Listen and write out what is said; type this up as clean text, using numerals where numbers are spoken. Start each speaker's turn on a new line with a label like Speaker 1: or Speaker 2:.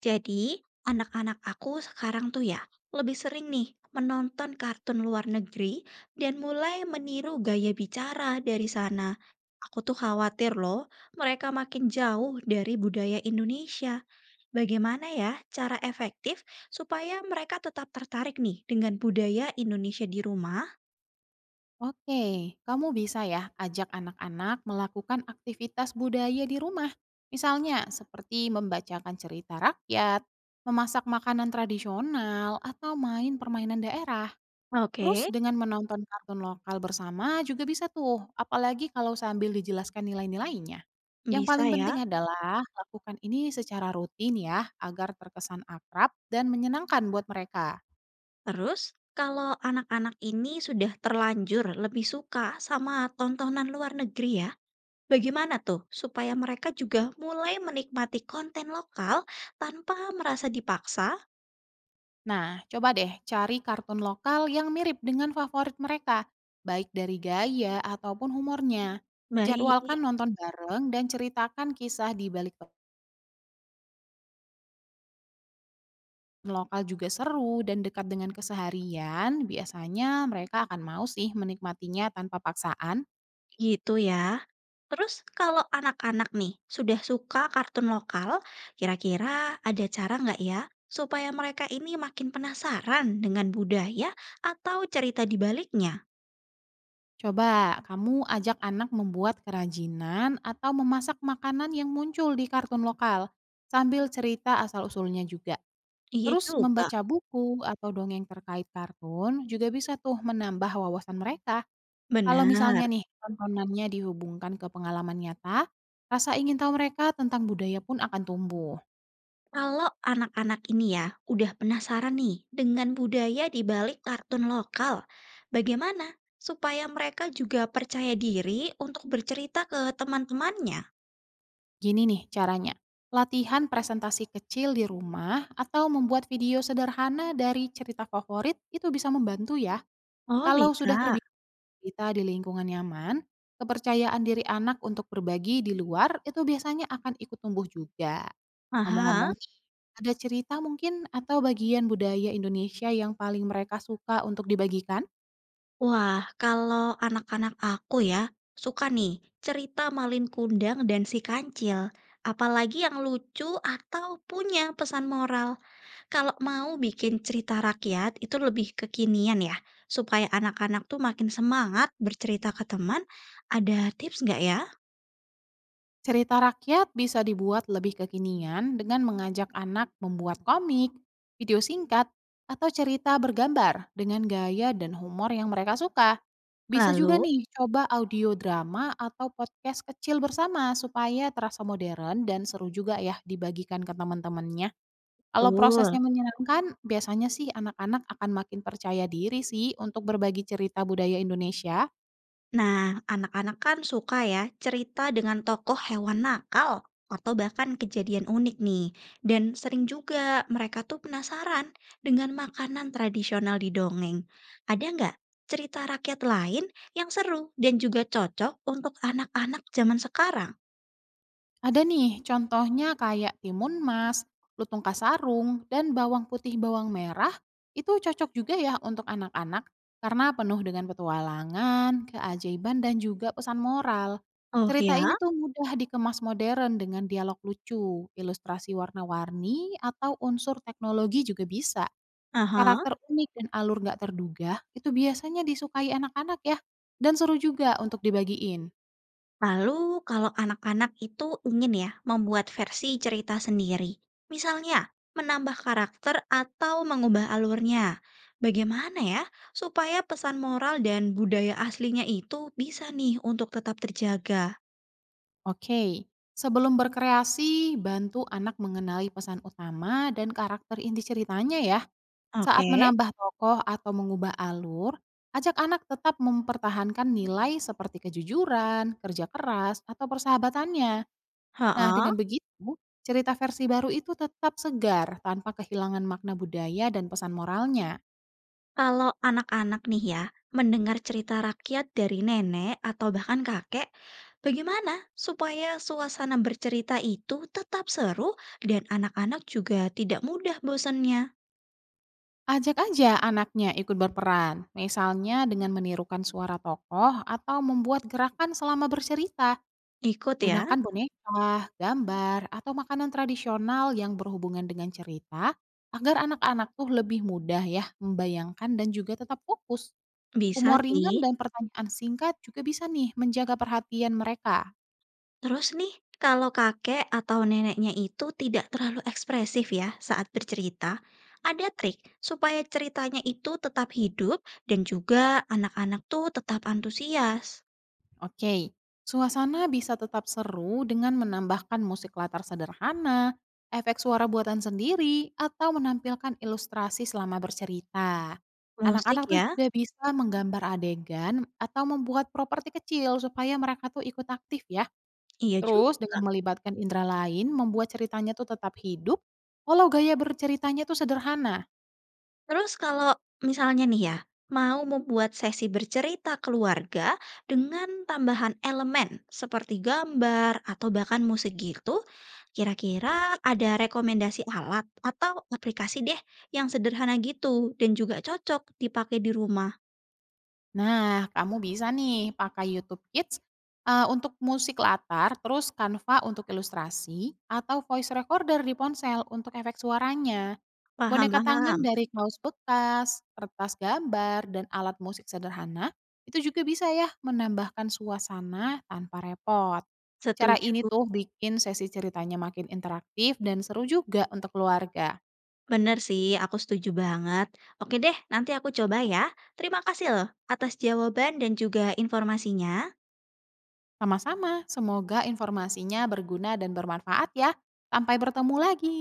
Speaker 1: Jadi, anak-anak aku sekarang tuh ya lebih sering nih menonton kartun luar negeri dan mulai meniru gaya bicara dari sana. Aku tuh khawatir loh, mereka makin jauh dari budaya Indonesia. Bagaimana ya cara efektif supaya mereka tetap tertarik nih dengan budaya Indonesia di rumah?
Speaker 2: Oke, kamu bisa ya ajak anak-anak melakukan aktivitas budaya di rumah. Misalnya seperti membacakan cerita rakyat, memasak makanan tradisional, atau main permainan daerah.
Speaker 1: Oke,
Speaker 2: Terus dengan menonton kartun lokal bersama juga bisa tuh, apalagi kalau sambil dijelaskan nilai-nilainya. Yang
Speaker 1: bisa
Speaker 2: paling
Speaker 1: ya.
Speaker 2: penting adalah lakukan ini secara rutin ya, agar terkesan akrab dan menyenangkan buat mereka.
Speaker 1: Terus, kalau anak-anak ini sudah terlanjur lebih suka sama tontonan luar negeri ya, bagaimana tuh supaya mereka juga mulai menikmati konten lokal tanpa merasa dipaksa?
Speaker 2: Nah, coba deh cari kartun lokal yang mirip dengan favorit mereka, baik dari gaya ataupun humornya.
Speaker 1: Baik,
Speaker 2: Jadwalkan nonton bareng dan ceritakan kisah di balik kartun lokal juga seru dan dekat dengan keseharian. Biasanya mereka akan mau sih menikmatinya tanpa paksaan.
Speaker 1: gitu ya. Terus kalau anak-anak nih sudah suka kartun lokal, kira-kira ada cara nggak ya supaya mereka ini makin penasaran dengan budaya atau cerita di baliknya?
Speaker 2: Coba kamu ajak anak membuat kerajinan atau memasak makanan yang muncul di kartun lokal sambil cerita asal-usulnya juga.
Speaker 1: Iya
Speaker 2: Terus
Speaker 1: juga,
Speaker 2: membaca buku atau dongeng terkait kartun juga bisa tuh menambah wawasan mereka. Kalau misalnya
Speaker 1: benar.
Speaker 2: nih, tontonannya dihubungkan ke pengalaman nyata, rasa ingin tahu mereka tentang budaya pun akan tumbuh.
Speaker 1: Kalau anak-anak ini ya udah penasaran nih dengan budaya di balik kartun lokal, bagaimana supaya mereka juga percaya diri untuk bercerita ke teman-temannya?
Speaker 2: Gini nih caranya, latihan presentasi kecil di rumah atau membuat video sederhana dari cerita favorit itu bisa membantu ya.
Speaker 1: Oh,
Speaker 2: Kalau sudah
Speaker 1: bisa.
Speaker 2: terbiasa kita di lingkungan nyaman, kepercayaan diri anak untuk berbagi di luar itu biasanya akan ikut tumbuh juga.
Speaker 1: Aha.
Speaker 2: Ngomong-ngomong, ada cerita mungkin atau bagian budaya Indonesia yang paling mereka suka untuk dibagikan?
Speaker 1: Wah, kalau anak-anak aku ya suka nih cerita Malin Kundang dan si Kancil, apalagi yang lucu atau punya pesan moral. Kalau mau bikin cerita rakyat itu lebih kekinian ya, supaya anak-anak tuh makin semangat bercerita ke teman, ada tips nggak ya?
Speaker 2: Cerita rakyat bisa dibuat lebih kekinian dengan mengajak anak membuat komik, video singkat, atau cerita bergambar dengan gaya dan humor yang mereka suka. Bisa juga
Speaker 1: Lalu,
Speaker 2: nih coba audio drama atau podcast kecil bersama supaya terasa modern dan seru juga ya dibagikan ke teman-temannya. Kalau
Speaker 1: betul.
Speaker 2: prosesnya menyenangkan, biasanya sih anak-anak akan makin percaya diri sih untuk berbagi cerita budaya Indonesia.
Speaker 1: Nah, anak-anak kan suka ya cerita dengan tokoh hewan nakal atau bahkan kejadian unik nih. Dan sering juga mereka tuh penasaran dengan makanan tradisional di dongeng. Ada nggak cerita rakyat lain yang seru dan juga cocok untuk anak-anak zaman sekarang?
Speaker 2: Ada nih, contohnya kayak timun mas, lutung kasarung, dan bawang putih bawang merah itu cocok juga ya untuk anak-anak karena penuh dengan petualangan, keajaiban, dan juga pesan moral.
Speaker 1: Oh
Speaker 2: Cerita ini
Speaker 1: ya?
Speaker 2: tuh mudah dikemas modern dengan dialog lucu, ilustrasi warna-warni, atau unsur teknologi juga bisa.
Speaker 1: Aha,
Speaker 2: Karakter unik dan alur nggak terduga itu biasanya disukai anak-anak ya, dan seru juga untuk dibagiin.
Speaker 1: lalu kalau anak-anak itu ingin ya membuat versi cerita sendiri, misalnya menambah karakter atau mengubah alurnya, bagaimana ya supaya pesan moral dan budaya aslinya itu bisa nih untuk tetap terjaga?
Speaker 2: Oke, sebelum berkreasi, bantu anak mengenali pesan utama dan karakter inti ceritanya ya.
Speaker 1: Oke.
Speaker 2: Saat menambah tokoh atau mengubah alur, ajak anak tetap mempertahankan nilai seperti kejujuran, kerja keras, atau persahabatannya. Nah,
Speaker 1: Heeh.
Speaker 2: dengan begitu, cerita versi baru itu tetap segar tanpa kehilangan makna budaya dan pesan moralnya.
Speaker 1: Kalau anak-anak nih ya, mendengar cerita rakyat dari nenek atau bahkan kakek, bagaimana supaya suasana bercerita itu tetap seru dan anak-anak juga tidak mudah bosannya?
Speaker 2: Ajak aja anaknya ikut berperan, misalnya dengan menirukan suara tokoh atau membuat gerakan selama bercerita.
Speaker 1: Ikut ya,
Speaker 2: Gunakan boneka, gambar, atau makanan tradisional yang berhubungan dengan cerita agar anak-anak tuh lebih mudah ya membayangkan dan juga tetap fokus.
Speaker 1: bisa
Speaker 2: Humor ringan
Speaker 1: sih.
Speaker 2: dan pertanyaan singkat juga bisa nih menjaga perhatian mereka.
Speaker 1: Terus nih, kalau kakek atau neneknya itu tidak terlalu ekspresif ya saat bercerita, ada trik supaya ceritanya itu tetap hidup dan juga anak-anak tuh tetap antusias.
Speaker 2: Oke, suasana bisa tetap seru dengan menambahkan musik latar sederhana, efek suara buatan sendiri, atau menampilkan ilustrasi selama bercerita.
Speaker 1: Musik
Speaker 2: Anak-anak tuh
Speaker 1: ya,
Speaker 2: juga bisa menggambar adegan atau membuat properti kecil supaya mereka tuh ikut aktif ya.
Speaker 1: iya juga.
Speaker 2: Terus dengan melibatkan indera lain membuat ceritanya tuh tetap hidup, walau gaya berceritanya tuh sederhana.
Speaker 1: Terus kalau misalnya nih ya, mau membuat sesi bercerita keluarga dengan tambahan elemen seperti gambar atau bahkan musik gitu, kira-kira ada rekomendasi alat atau aplikasi deh yang sederhana gitu dan juga cocok dipakai di rumah.
Speaker 2: Nah, kamu bisa nih pakai YouTube Kids untuk musik latar, terus Canva untuk ilustrasi, atau voice recorder di ponsel untuk efek suaranya.
Speaker 1: Paham,
Speaker 2: Boneka tangan
Speaker 1: paham.
Speaker 2: dari kaos bekas, kertas gambar, dan alat musik sederhana, itu juga bisa ya menambahkan suasana tanpa repot. Cara
Speaker 1: Setuju.
Speaker 2: ini tuh bikin sesi ceritanya makin interaktif dan seru juga untuk keluarga.
Speaker 1: Bener sih, aku setuju banget. Oke deh, nanti aku coba ya. Terima kasih loh atas jawaban dan juga informasinya.
Speaker 2: Sama-sama, semoga informasinya berguna dan bermanfaat ya. Sampai bertemu lagi.